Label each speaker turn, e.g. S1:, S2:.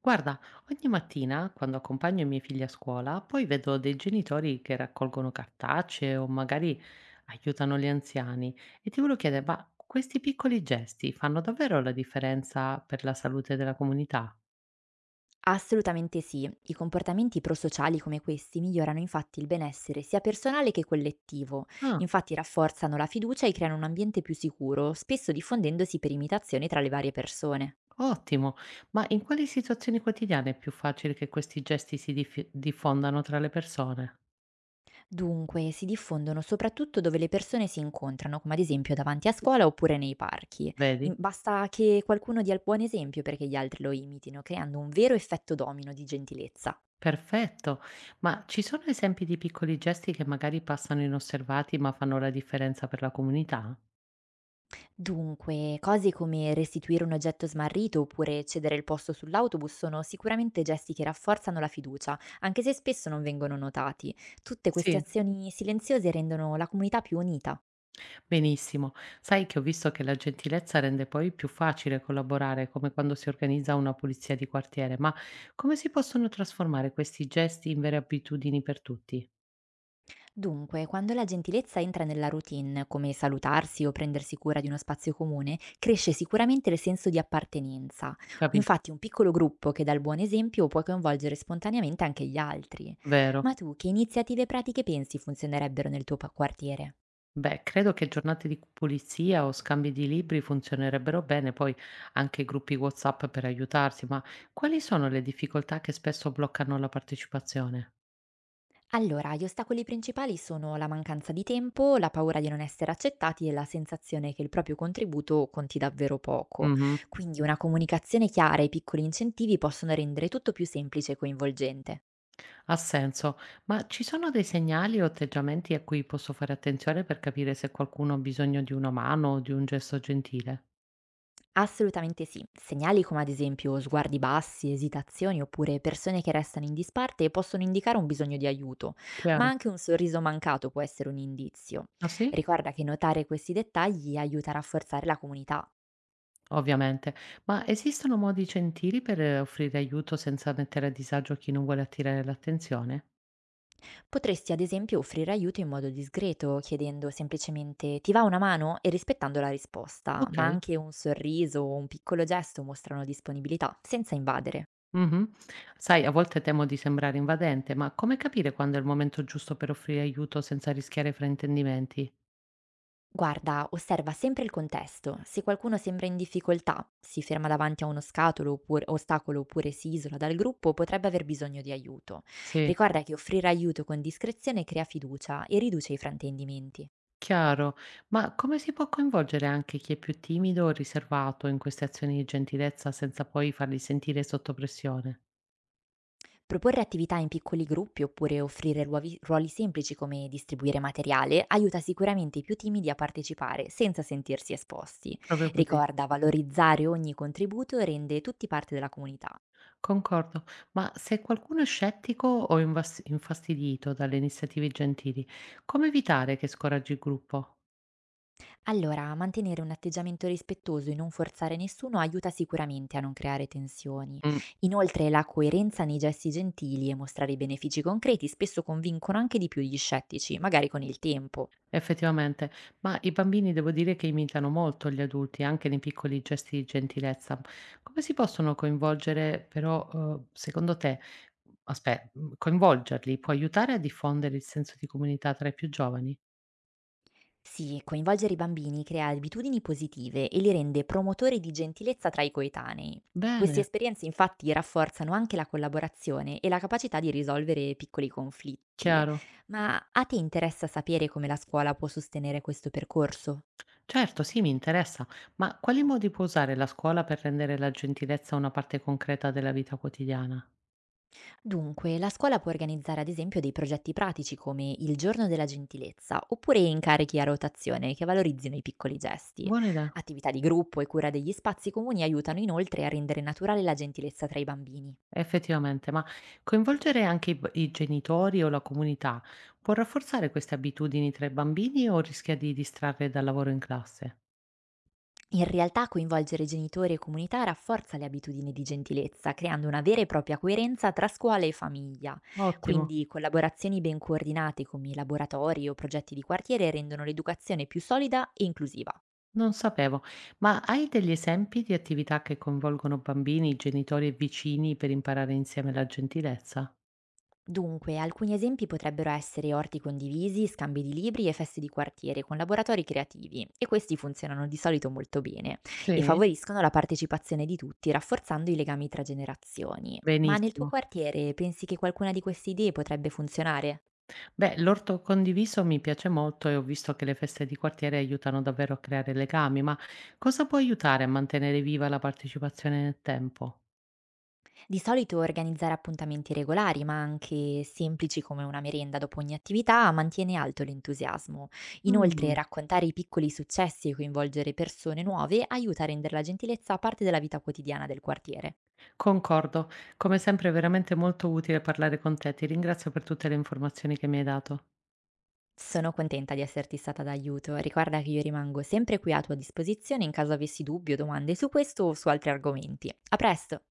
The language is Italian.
S1: Guarda, ogni mattina quando accompagno i miei figli a scuola, poi vedo dei genitori che raccolgono cartacee o magari aiutano gli anziani e ti volevo chiedere, ma questi piccoli gesti fanno davvero la differenza per la salute della comunità?
S2: Assolutamente sì, i comportamenti prosociali come questi migliorano infatti il benessere sia personale che collettivo,
S1: Ah,
S2: infatti rafforzano la fiducia e creano un ambiente più sicuro, spesso diffondendosi per imitazione tra le varie persone.
S1: ottimo, ma in quali situazioni quotidiane è più facile che questi gesti diffondano tra le persone?
S2: Dunque, si diffondono soprattutto dove le persone si incontrano, come ad esempio davanti a scuola oppure nei parchi.
S1: Vedi?
S2: Basta che qualcuno dia il buon esempio perché gli altri lo imitino, creando un vero effetto domino di gentilezza.
S1: Perfetto, ma ci sono esempi di piccoli gesti che magari passano inosservati ma fanno la differenza per la comunità?
S2: Dunque, cose come restituire un oggetto smarrito oppure cedere il posto sull'autobus sono sicuramente gesti che rafforzano la fiducia, anche se spesso non vengono notati. Tutte queste
S1: Sì.
S2: azioni silenziose rendono la comunità più unita.
S1: Benissimo. Sai che ho visto che la gentilezza rende poi più facile collaborare, come quando si organizza una pulizia di quartiere, ma come si possono trasformare questi gesti in vere abitudini per tutti?
S2: Dunque, quando la gentilezza entra nella routine, come salutarsi o prendersi cura di uno spazio comune, cresce sicuramente il senso di appartenenza.
S1: Capisco,
S2: Infatti, un piccolo gruppo che dà il buon esempio può coinvolgere spontaneamente anche gli altri. Ma
S1: vero?
S2: tu, che iniziative pratiche pensi funzionerebbero nel tuo quartiere?
S1: Beh, credo che giornate di pulizia o scambi di libri funzionerebbero bene, poi anche gruppi WhatsApp per aiutarsi, ma quali sono le difficoltà che spesso bloccano la partecipazione?
S2: Allora, gli ostacoli principali sono la mancanza di tempo, la paura di non essere accettati e la sensazione che il proprio contributo conti davvero poco. Quindi una comunicazione chiara e i piccoli incentivi possono rendere tutto più semplice e coinvolgente.
S1: Ha senso, ma ci sono dei segnali o atteggiamenti a cui posso fare attenzione per capire se qualcuno ha bisogno di una mano o di un gesto gentile?
S2: Assolutamente sì. Segnali come ad esempio sguardi bassi, esitazioni oppure persone che restano in disparte possono indicare un bisogno di aiuto, ma
S1: Chiaro.
S2: anche un sorriso mancato può essere un indizio.
S1: Ah, sì?
S2: Ricorda che notare questi dettagli aiuta a rafforzare la comunità.
S1: Ovviamente. Ma esistono modi gentili per offrire aiuto senza mettere a disagio chi non vuole attirare l'attenzione?
S2: Potresti ad esempio offrire aiuto in modo discreto, chiedendo semplicemente ti va una mano e rispettando la risposta,
S1: Ok.
S2: ma anche un sorriso o un piccolo gesto mostrano disponibilità, senza invadere.
S1: Mhm. Sai, a volte temo di sembrare invadente, ma come capire quando è il momento giusto per offrire aiuto senza rischiare fraintendimenti?
S2: Guarda, osserva sempre il contesto. Se qualcuno sembra in difficoltà, si ferma davanti a uno scatolo oppure ostacolo oppure si isola dal gruppo, potrebbe aver bisogno di aiuto.
S1: Sì.
S2: Ricorda che offrire aiuto con discrezione crea fiducia e riduce i fraintendimenti.
S1: Chiaro, ma come si può coinvolgere anche chi è più timido o riservato in queste azioni di gentilezza senza poi farli sentire sotto pressione?
S2: Proporre attività in piccoli gruppi oppure offrire ruoli semplici come distribuire materiale aiuta sicuramente i più timidi a partecipare senza sentirsi esposti.
S1: Proprio così.
S2: Ricorda, valorizzare ogni contributo rende tutti parte della comunità.
S1: Concordo, ma se qualcuno è scettico o infastidito dalle iniziative gentili, come evitare che scoraggi il gruppo?
S2: Allora, mantenere un atteggiamento rispettoso e non forzare nessuno aiuta sicuramente a non creare tensioni.
S1: Mm.
S2: Inoltre, la coerenza nei gesti gentili e mostrare i benefici concreti spesso convincono anche di più gli scettici, magari con il tempo.
S1: Effettivamente, ma i bambini devo dire che imitano molto gli adulti, anche nei piccoli gesti di gentilezza. Come si possono coinvolgere però, secondo te coinvolgerli può aiutare a diffondere il senso di comunità tra i più giovani?
S2: Sì, coinvolgere i bambini crea abitudini positive e li rende promotori di gentilezza tra i coetanei. Queste
S1: Bene,
S2: esperienze infatti rafforzano anche la collaborazione e la capacità di risolvere piccoli conflitti.
S1: chiaro.
S2: Ma a te interessa sapere come la scuola può sostenere questo percorso?
S1: Certo, sì, mi interessa, ma quali modi può usare la scuola per rendere la gentilezza una parte concreta della vita quotidiana?
S2: Dunque, la scuola può organizzare ad esempio dei progetti pratici come il giorno della gentilezza oppure incarichi a rotazione che valorizzino i piccoli gesti.
S1: Buona idea.
S2: Attività di gruppo e cura degli spazi comuni aiutano inoltre a rendere naturale la gentilezza tra i bambini.
S1: Effettivamente, ma coinvolgere anche i genitori o la comunità può rafforzare queste abitudini tra i bambini o rischia di distrarre dal lavoro in classe?
S2: In realtà coinvolgere genitori e comunità rafforza le abitudini di gentilezza, creando una vera e propria coerenza tra scuola e famiglia.
S1: Ottimo,
S2: Quindi collaborazioni ben coordinate come laboratori o progetti di quartiere rendono l'educazione più solida e inclusiva.
S1: non sapevo. Ma hai degli esempi di attività che coinvolgono bambini, genitori e vicini per imparare insieme la gentilezza?
S2: Dunque, alcuni esempi potrebbero essere orti condivisi, scambi di libri e feste di quartiere con laboratori creativi, e questi funzionano di solito molto bene e
S1: Sì.
S2: favoriscono la partecipazione di tutti, rafforzando i legami tra generazioni. Ma nel tuo
S1: Benissimo.
S2: quartiere pensi che qualcuna di queste idee potrebbe funzionare?
S1: Beh, l'orto condiviso mi piace molto e ho visto che le feste di quartiere aiutano davvero a creare legami, ma cosa può aiutare a mantenere viva la partecipazione nel tempo?
S2: Di solito organizzare appuntamenti regolari, ma anche semplici come una merenda dopo ogni attività, mantiene alto l'entusiasmo. Inoltre,
S1: Mm.
S2: raccontare i piccoli successi e coinvolgere persone nuove aiuta a rendere la gentilezza parte della vita quotidiana del quartiere.
S1: Concordo. Come sempre è veramente molto utile parlare con te. Ti ringrazio per tutte le informazioni che mi hai dato.
S2: Sono contenta di esserti stata d'aiuto. Ricorda che io rimango sempre qui a tua disposizione in caso avessi dubbi o domande su questo o su altri argomenti. A presto!